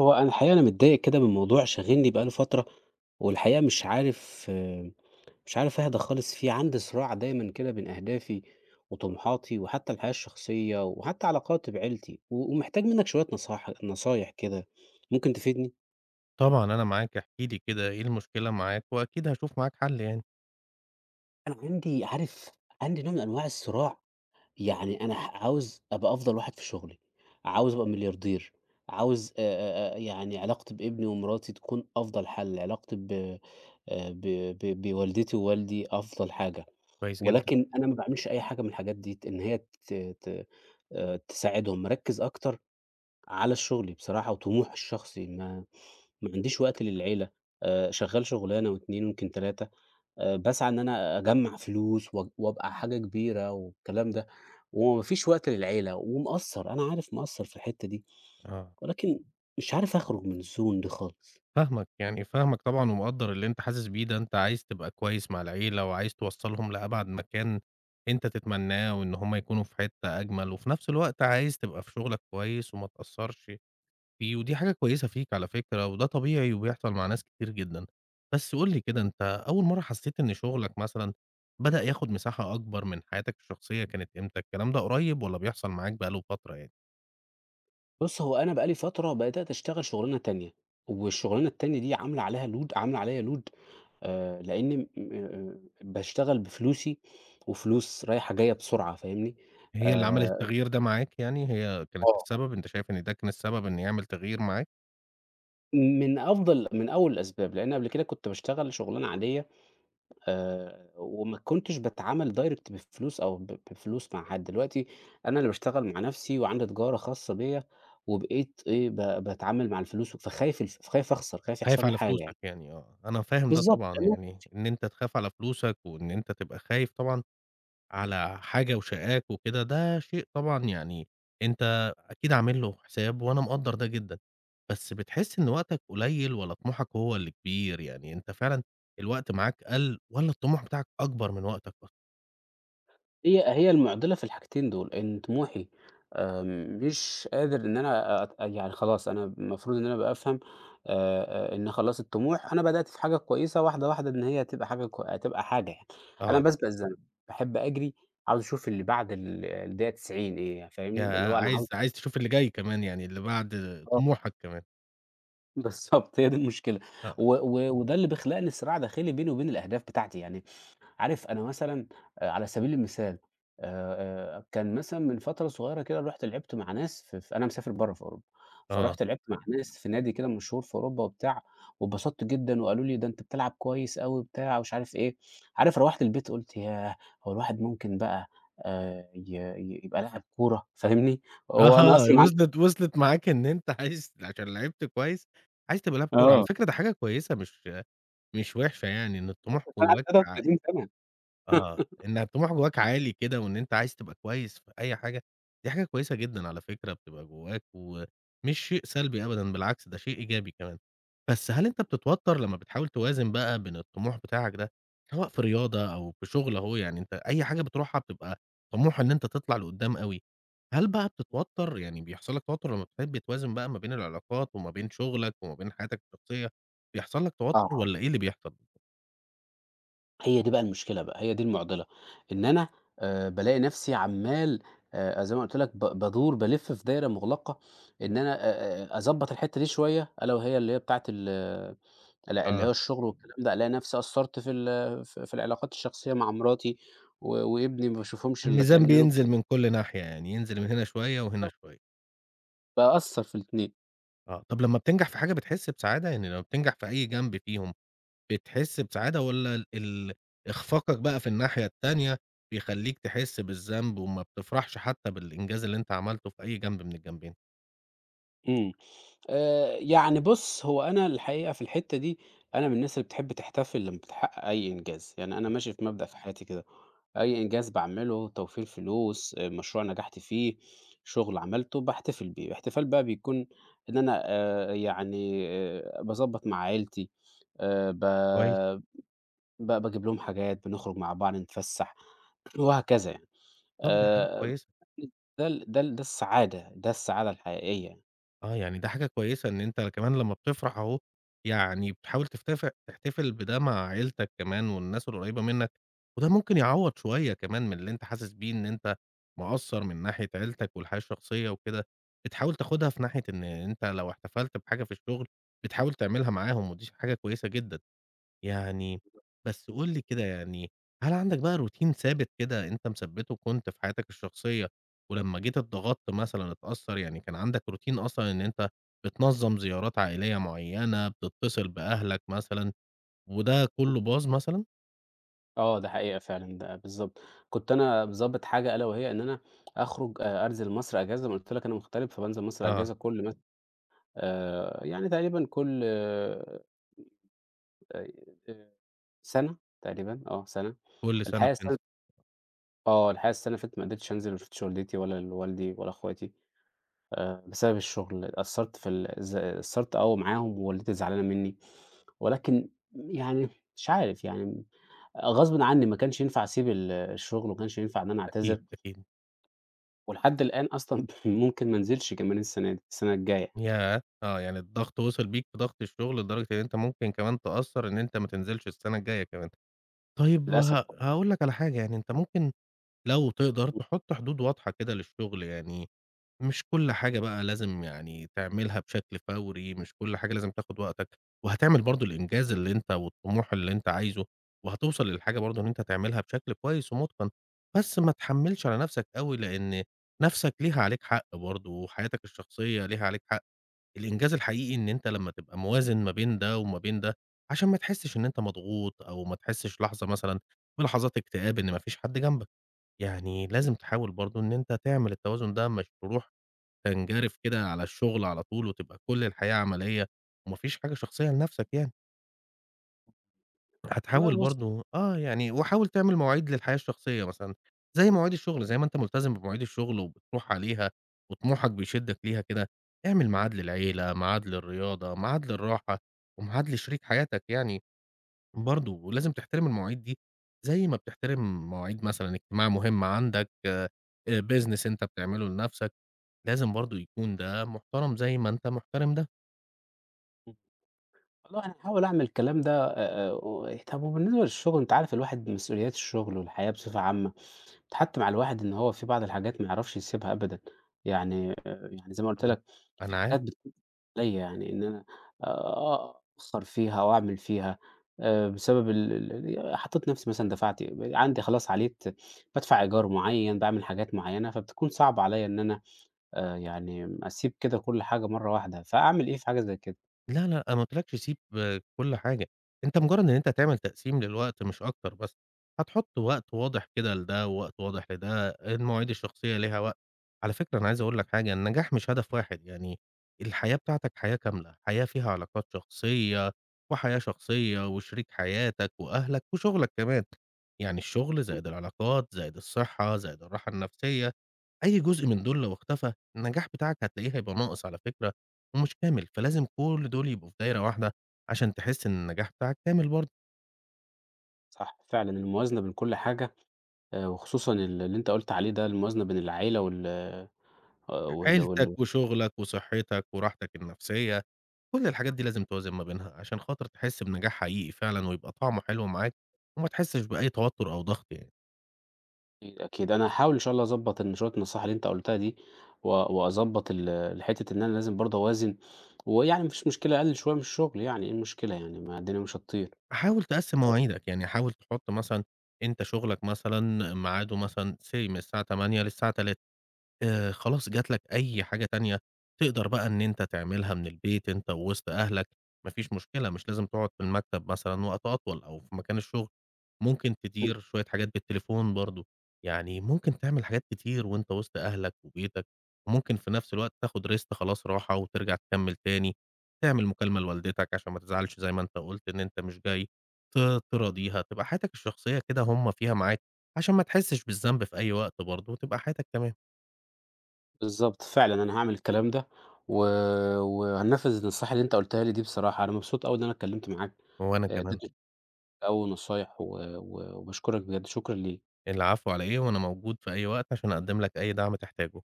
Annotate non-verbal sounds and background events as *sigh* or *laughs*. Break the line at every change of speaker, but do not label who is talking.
هو أنا الحقيقة، أنا متضايق كده من موضوع شاغلني بقى له فترة. والحقيقة مش عارف أهدى خالص فيه. عندي صراع دايمًا كده بين أهدافي وطموحاتي، وحتى الحياة الشخصية، وحتى علاقاتي بعيلتي. و ومحتاج منك شوية نصايح كده، ممكن تفيدني؟
طبعًا أنا معاك، احكِ لي كده إيه المشكلة معاك، وأكيد هاشوف معاك حل يعني،
أنا عندي نوع من أنواع الصراع. يعني أنا عاوز أبقى أفضل واحد في شغلي، عاوز أبقى ملياردير، عاوز يعني علاقتي بابني ومراتي تكون أفضل حل. علاقتي ب ب ب بوالدتي ووالدي أفضل حاجة.
كويس جدًا،
ولكن أنا ما باعملش أي حاجة من الحاجات دي إن هي ت ت تساعدهم، مركّز أكتر على شغلي بصراحة وطموحي الشخصي. ما عنديش وقت للعيلة. شغّال شغلانة و2 ويمكن 3 باسعى إن أنا أجمّع فلوس وأبقى حاجة كبيرة والكلام ده، وما فيش وقت للعيلة ومقصّر. أنا عارف مقصّر في الحتّة دي،
آه،
ولكن مش عارف أخرج من الzone دي خالص.
فاهمك يعني فاهمك طبعًا ومقدّر اللي أنت حاسس بيه ده، أنت عايز تبقى كويس مع العيلة، وعايز توصّلهم لأبعد مكان أنت تتمناه، وإن هُم يكونوا في حتّة أجمل، وفي نفس الوقت عايز تبقى في شغلك كويس وما تأثّرش فيه، ودي حاجة كويسة فيك على فكرة، وده طبيعي وبيحصل مع ناس كتير جدًا. بس قُل لي كده، أنت أول مرّة حسيت إن شغلك مثلًا بدأ ياخد مساحة أكبر من حياتك الشخصية كانت إمتى؟ الكلام ده قريب والّا بيحصل معاك بقى له فترة يعني؟
بُص، هو أنا بقى لي فترة بدأت أشتغل شُغلانة تانية، والشُغلانة التانية دي عاملة عليّا load، لإنّي م باشتغل بفلوسي، وفلوس رايحة جاية بسرعة، فاهمني؟
هي اللي عملت
آآ
التغيير ده معاك يعني، هي كانت
آه،
السبب، أنت شايف إن ده كان السبب إن يعمل تغيير معاك؟
من أول الأسباب، لإن قبل كده كنت باشتغل شُغلانة عادية، وما كنتش باتعامل direct بفلوس أو بفلوس مع حد. دلوقتي أنا اللي باشتغل مع نَفْسي وعندي تجارة خاصة بيّا، وبقيت إيه، باتعامل مع الفلوس، فخايف أخسر، خايف
خايف
يحصل لي
على
حاجة
فلوسك
يعني.
يعني آه، أنا فاهم ده
بالضبط.
طبعًا يعني، إن أنت تخاف على فلوسك وإن أنت تبقى خايف طبعًا على حاجة وشاقاك وكده، ده شيء طبعًا يعني أنت أكيد عامل له حساب، وأنا مقدّر ده جدًا، بس بتحس إن وقتك قليّل والّا طموحك هو اللي كبير؟ يعني أنت فعلًا الوقت معاك قَل والّا الطموح بتاعك أكبر من وقتك أصلًا؟
هي المعضلة في الحاجتين دول، إن طموحي آآ مش قادر إن أنا يعني خلاص، أنا المفروض إن أنا أبقى أفهم إن خلاص الطموح، أنا بدأت في حاجة كويسة واحدة إن هي هتبقى حاجة كو هتبقى حاجة يعني. أنا
آه،
باسبق الزمن، باحب أجري، عاوز أشوف اللي بعد الدقيقة 90 إيه، يعني، فاهمني؟ اللي
ياه!
هو أنا عاوز،
عايز تشوف اللي جاي كمان يعني اللي بعد
آه.
طموحك كمان،
*laughs* بالضبط، هي دي المشكلة.
آه،
و و وده اللي بيخلق لي صراع داخلي بيني وبين الأهداف بتاعتي. يعني عارف، أنا مثلًا على سبيل المثال كان مثلًا من فترة صغيّرة كده رُحت لعبت مع ناس، ف ف أنا مسافر برّه في أوروبا،
آه،
فرُحت لعبت مع ناس في نادي كده مشهور في أوروبا وبتاع، واتبسطت جدًا وقالوا لي: "ده أنت بتلعب كويس أوي،" بتاع ومش عارف إيه. عارف، روّحت البيت قُلت ياه! هو الواحد ممكن بقى ي ي يبقى لاعب كورة، فاهمني؟ هو أنا
أها
أصلًا عندي
وصلت معاك إن أنت عايز عشان لعبت كويس، عايز تبقى لاعب كورة، على
آه،
فكرة ده حاجة كويسة مش وحشة يعني إن الطموح
*laughs* أنا عندي
جواك ع
33 سَنة.
آه،
*laughs*
إن طموح جواك عالي كده وإن أنت عايز تبقى كويس في أي حاجة، دي حاجة كويسة جدًا على فكرة بتبقى جواك، ومش شيء سلبي أبدًا بالعكس ده شيء إيجابي كمان. بس هل أنت بتتوتر لمّا بتحاول توازن بقى بين الطموح بتاعك ده، سواء في رياضة أو في شغل أهو يعني أنت أي حاجة بتروحها بتبقى طموح إن أنت تطلع لقدّام أوي، هل بقى بتتوتر يعني بيحصل لك توتر لمّا بتحب توازن بقى ما بين العلاقات وما بين شغلك وما بين حياتك الشخصية، بيحصل لك توتر
آه.
والّا إيه اللي بيحصل؟
هي دي بقى المشكلة بقى، هي دي المُعضلة. إن أنا بالاقي نَفْسي عمّال، زي ما قُلت لك، بادور بالِف في دايرة مُغلقة. إن أنا أضبّط الحتّة دي شوية، ألا وهي اللي هي بتاعة ال الع اللي هو الشُغل والكلام ده، ألاقي نَفْسي قصّرت في ال في في العلاقات الشخصية مع مراتي و وابني، ما باشوفهمش إلا
الميزان
كإنّنا.
بينزل من كل ناحية، يعني ينزل من هنا شوية وهنا
بالضبط،
شوية.
باقصّر في الاتنين.
آه، طب لمّا بتنجح في حاجة بتحس بسعادة؟ يعني لمّا بتنجح في أي جنب فيهم، بتحس بسعادة والّا ال إخفاقك بقى في الناحية التانية بيخلّيك تحس بالذنب وما بتفرحش حتى بالإنجاز اللي أنت عملته في أي جنب من الجنبين؟
إمم. يعني بُص، هو أنا الحقيقة في الحتّة دي، أنا من الناس اللي بتحب تحتفل لمّا بتحقق أي إنجاز. يعني أنا
آه.
ماشي في مبدأ في حياتي كده، أي إنجاز باعمله، توفير فلوس، مشروع نجحت فيه، شغل عملته، باحتفل بيه. الاحتفال بقى بيكون إن أنا باضبّط مع عيلتي، ب
كويس،
ب باجيب لهم حاجات، بنخرج مع بعض، نتفسّح وهكذا يعني.
طب دي حاجة
آآ
كويسة.
ده السعادة، ده السعادة الحقيقية يعني.
آه، يعني ده حاجة كويسة إن أنت كمان لمّا بتفرح أهو، يعني بتحاول تحتفل بده مع عيلتك كمان والناس القريبة منّك، وده ممكن يعوّض شوية كمان من اللي أنت حاسس بيه إن أنت مقصّر من ناحية عيلتك والحياة الشخصية وكده، بتحاول تاخدها في ناحية إن أنت لو احتفلت بحاجة في الشغل، بتحاول تعملها معاهم ودي حاجة كويسة جدًا. يعني بس قُل لي كده يعني، هل عندك بقى روتين ثابت كده أنت مثبّته كنت في حياتك الشخصية، ولمّا جيت اتضغطت مثلًا اتأثّر، يعني كان عندك روتين أصلًا إن أنت بتنظّم زيارات عائلية معيّنة، بتتصل بأهلك مثلًا، وده كلّه باظ مثلًا؟
آه، ده حقيقة فعلًا، ده بالضبط. كنت أنا مضبّط حاجة ألا وهي إن أنا أخرج أنزل مصر أجازة، زي ما قُلت لك أنا مغترب، فبانزل مصر
آه،
أجازة كل مث يعني تقريبًا كل سَنة تقريبًا، آه سَنة.
كل سنة
الحقيقة السنة
بتنزل،
الحقيقة السنة اللي فاتت ما قدرتش أنزل، ما شُفتش والدتي ولا والدي ولا أخواتي، بسبب الشغل. قصّرت في ال ز قصّرت أوي معاهم، ووالدتي زعلانة منّي، ولكن يعني مش عارف يعني غصبٍ عني ما كانش ينفع أسيب الشغل، وما كانش ينفع إن أنا
أكيد،
أعتذر.
أكيد،
ولحد الآن أصلًا *laughs* ممكن ما انزلش كمان السنة دي، السنة الجاية يعني،
ياه! آه، يعني الضغط وصل بيك في ضغط الشغل لدرجة إن أنت ممكن كمان تأثّر إن أنت ما تنزلش السنة الجاية كمان. طيب
للأسف.
هاقول لك على حاجة، يعني أنت ممكن لو تقدر تحط حدود واضحة كده للشغل، يعني مش كل حاجة بقى لازم يعني تعملها بشكل فوري، مش كل حاجة لازم تاخد وقتك، وهتعمل برضه الإنجاز اللي أنت والطموح اللي أنت عايزه، وهتوصل للحاجة برضه إن أنت تعملها بشكل كويس ومتقن، بس ما تحمّلش على نفسك أوي، لإن نفسك ليها عليك حق برضه، وحياتك الشخصية ليها عليك حق. الإنجاز الحقيقي إن أنت لمّا تبقى موازن ما بين ده وما بين ده، عشان ما تحسش إن أنت مضغوط، أو ما تحسش لحظة مثلًا بلحظات اكتئاب إن ما فيش حد جنبك. يعني لازم تحاول برضه إن أنت تعمل التوازن ده، مش تروح تنجرف كده على الشغل على طول، وتبقى كل الحياة عملية، وما فيش حاجة شخصية لنفسك يعني،
والله
هتحاول
بُص،
برضه آه، يعني وحاول تعمل مواعيد للحياة الشخصية مثلًا، زي مواعيد الشغل، زي ما أنت ملتزم بمواعيد الشغل وبتروح عليها، وطموحك بيشدك ليها كده، اعمل ميعاد للعيلة، ميعاد للرياضة، ميعاد للراحة، وميعاد لشريك حياتك يعني، برضه، ولازم تحترم المواعيد دي، زي ما بتحترم مواعيد مثلًا اجتماع مهم عندك، business أنت بتعمله لنفسك، لازم برضه يكون ده محترم زي ما أنت محترم ده.
والله أنا هاحاول أعمل الكلام ده. و طب، وبالنسبة للشغل أنت عارف، الواحد مسؤوليات الشغل والحياة بصفة عامة بتحتّم على الواحد إن هو في بعض الحاجات ما يعرفش يسيبها أبدًا. يعني يعني زي ما قُلت
طب
لك، في
أنا عارف
حاجات بتكون عليّا يعني إن أنا أأخّر فيها أو أعمل فيها بسبب ال ال ال حطيت نفسي مثلًا، دفعت، عندي خلاص عليت، بادفع إيجار معين، باعمل حاجات معيّنة، فبتكون صعب عليّا إن أنا يعني أسيب كده كل حاجة مرّة واحدة. فأعمل إيه في حاجة زي كده؟
لا، لأ، أنا ما قُلتلكش سيب كل حاجة، أنت مجرّد إن أنت تعمل تقسيم للوقت مش أكتر بس، هتحُط وقت واضح كده لده، ووقت واضح لده، المواعيد الشخصية ليها وقت، على فكرة أنا عايز أقول لك حاجة، النجاح مش هدف واحد، يعني الحياة بتاعتك حياة كاملة، حياة فيها علاقات شخصية، وحياة شخصية، وشريك حياتك، وأهلك، وشغلك كمان، يعني الشغل زائد العلاقات، زائد الصحة، زائد الراحة النفسية. أي جزء من دول لو اختفى، النجاح بتاعك هتلاقيه هيبقى ناقص على فكرة ومش كامل، فلازم كل دول يبقوا في دايرة واحدة عشان تحس إن النجاح بتاعك كامل برضه،
صح، فعلًا الموازنة بين كل حاجة وخصوصًا اللي أنت قُلت عليه ده، الموازنة بين العيلة وال وال
عيلتك
وال
وشغلك وصحتك وراحتك النفسية، كل الحاجات دي لازم توازن ما بينها عشان خاطر تحس بنجاح حقيقي فعلًا ويبقى طعمه حلو معاك وما تحسش بأي توتر أو ضغط يعني.
أكيد. أنا هاحاول إن شاء الله أضبّط إن شوية النصايح اللي أنت قُلتها دي، وأضبّط الحتّة إن أنا لازم برضه أوازن. ويعني ما فيش مشكلة أقلل شوية من الشغل يعني، إيه المشكلة يعني؟ ما الدنيا مش هتطير.
حاول تقسّم مواعيدك، يعني حاول تحط مثلًا أنت شغلك مثلًا ميعاده مثلًا say من الساعة 08:00 للساعة 15:00 خلاص جات لك أي حاجة تانية، تقدر بقى إن أنت تعملها من البيت أنت ووسط أهلك، ما فيش مشكلة، مش لازم تقعد في المكتب مثلًا وقت أطول أو في مكان الشغل، ممكن
إمم،
تدير شوية حاجات بالتليفون برضه، يعني ممكن تعمل حاجات كتير وأنت وسط أهلك وبيتك، وممكن في نفس الوقت تاخد rest خلاص راحة وترجع تكمّل تاني، تعمل مكالمة لوالدتك عشان ما تزعلش زي ما أنت قُلت إن أنت مش جاي، ت تراضيها، تبقى حياتك الشخصية كده هُم فيها معاك، عشان ما تحسش بالذنب في أي وقت برضه وتبقى حياتك تمام.
بالضبط، فعلًا أنا هاعمل الكلام ده. و وهانفّذ النصيحة اللي أنت قُلتها لي دي بصراحة. أنا مبسوط أوي إن أنا اتكلمت معاك.
وأنا كمان،
اديت أو نصايح و و وباشكرك بجد. شكرًا ليك.
العفو على إيه، وأنا موجود في أي وقت عشان أقدّم لك أي دعم تحتاجه.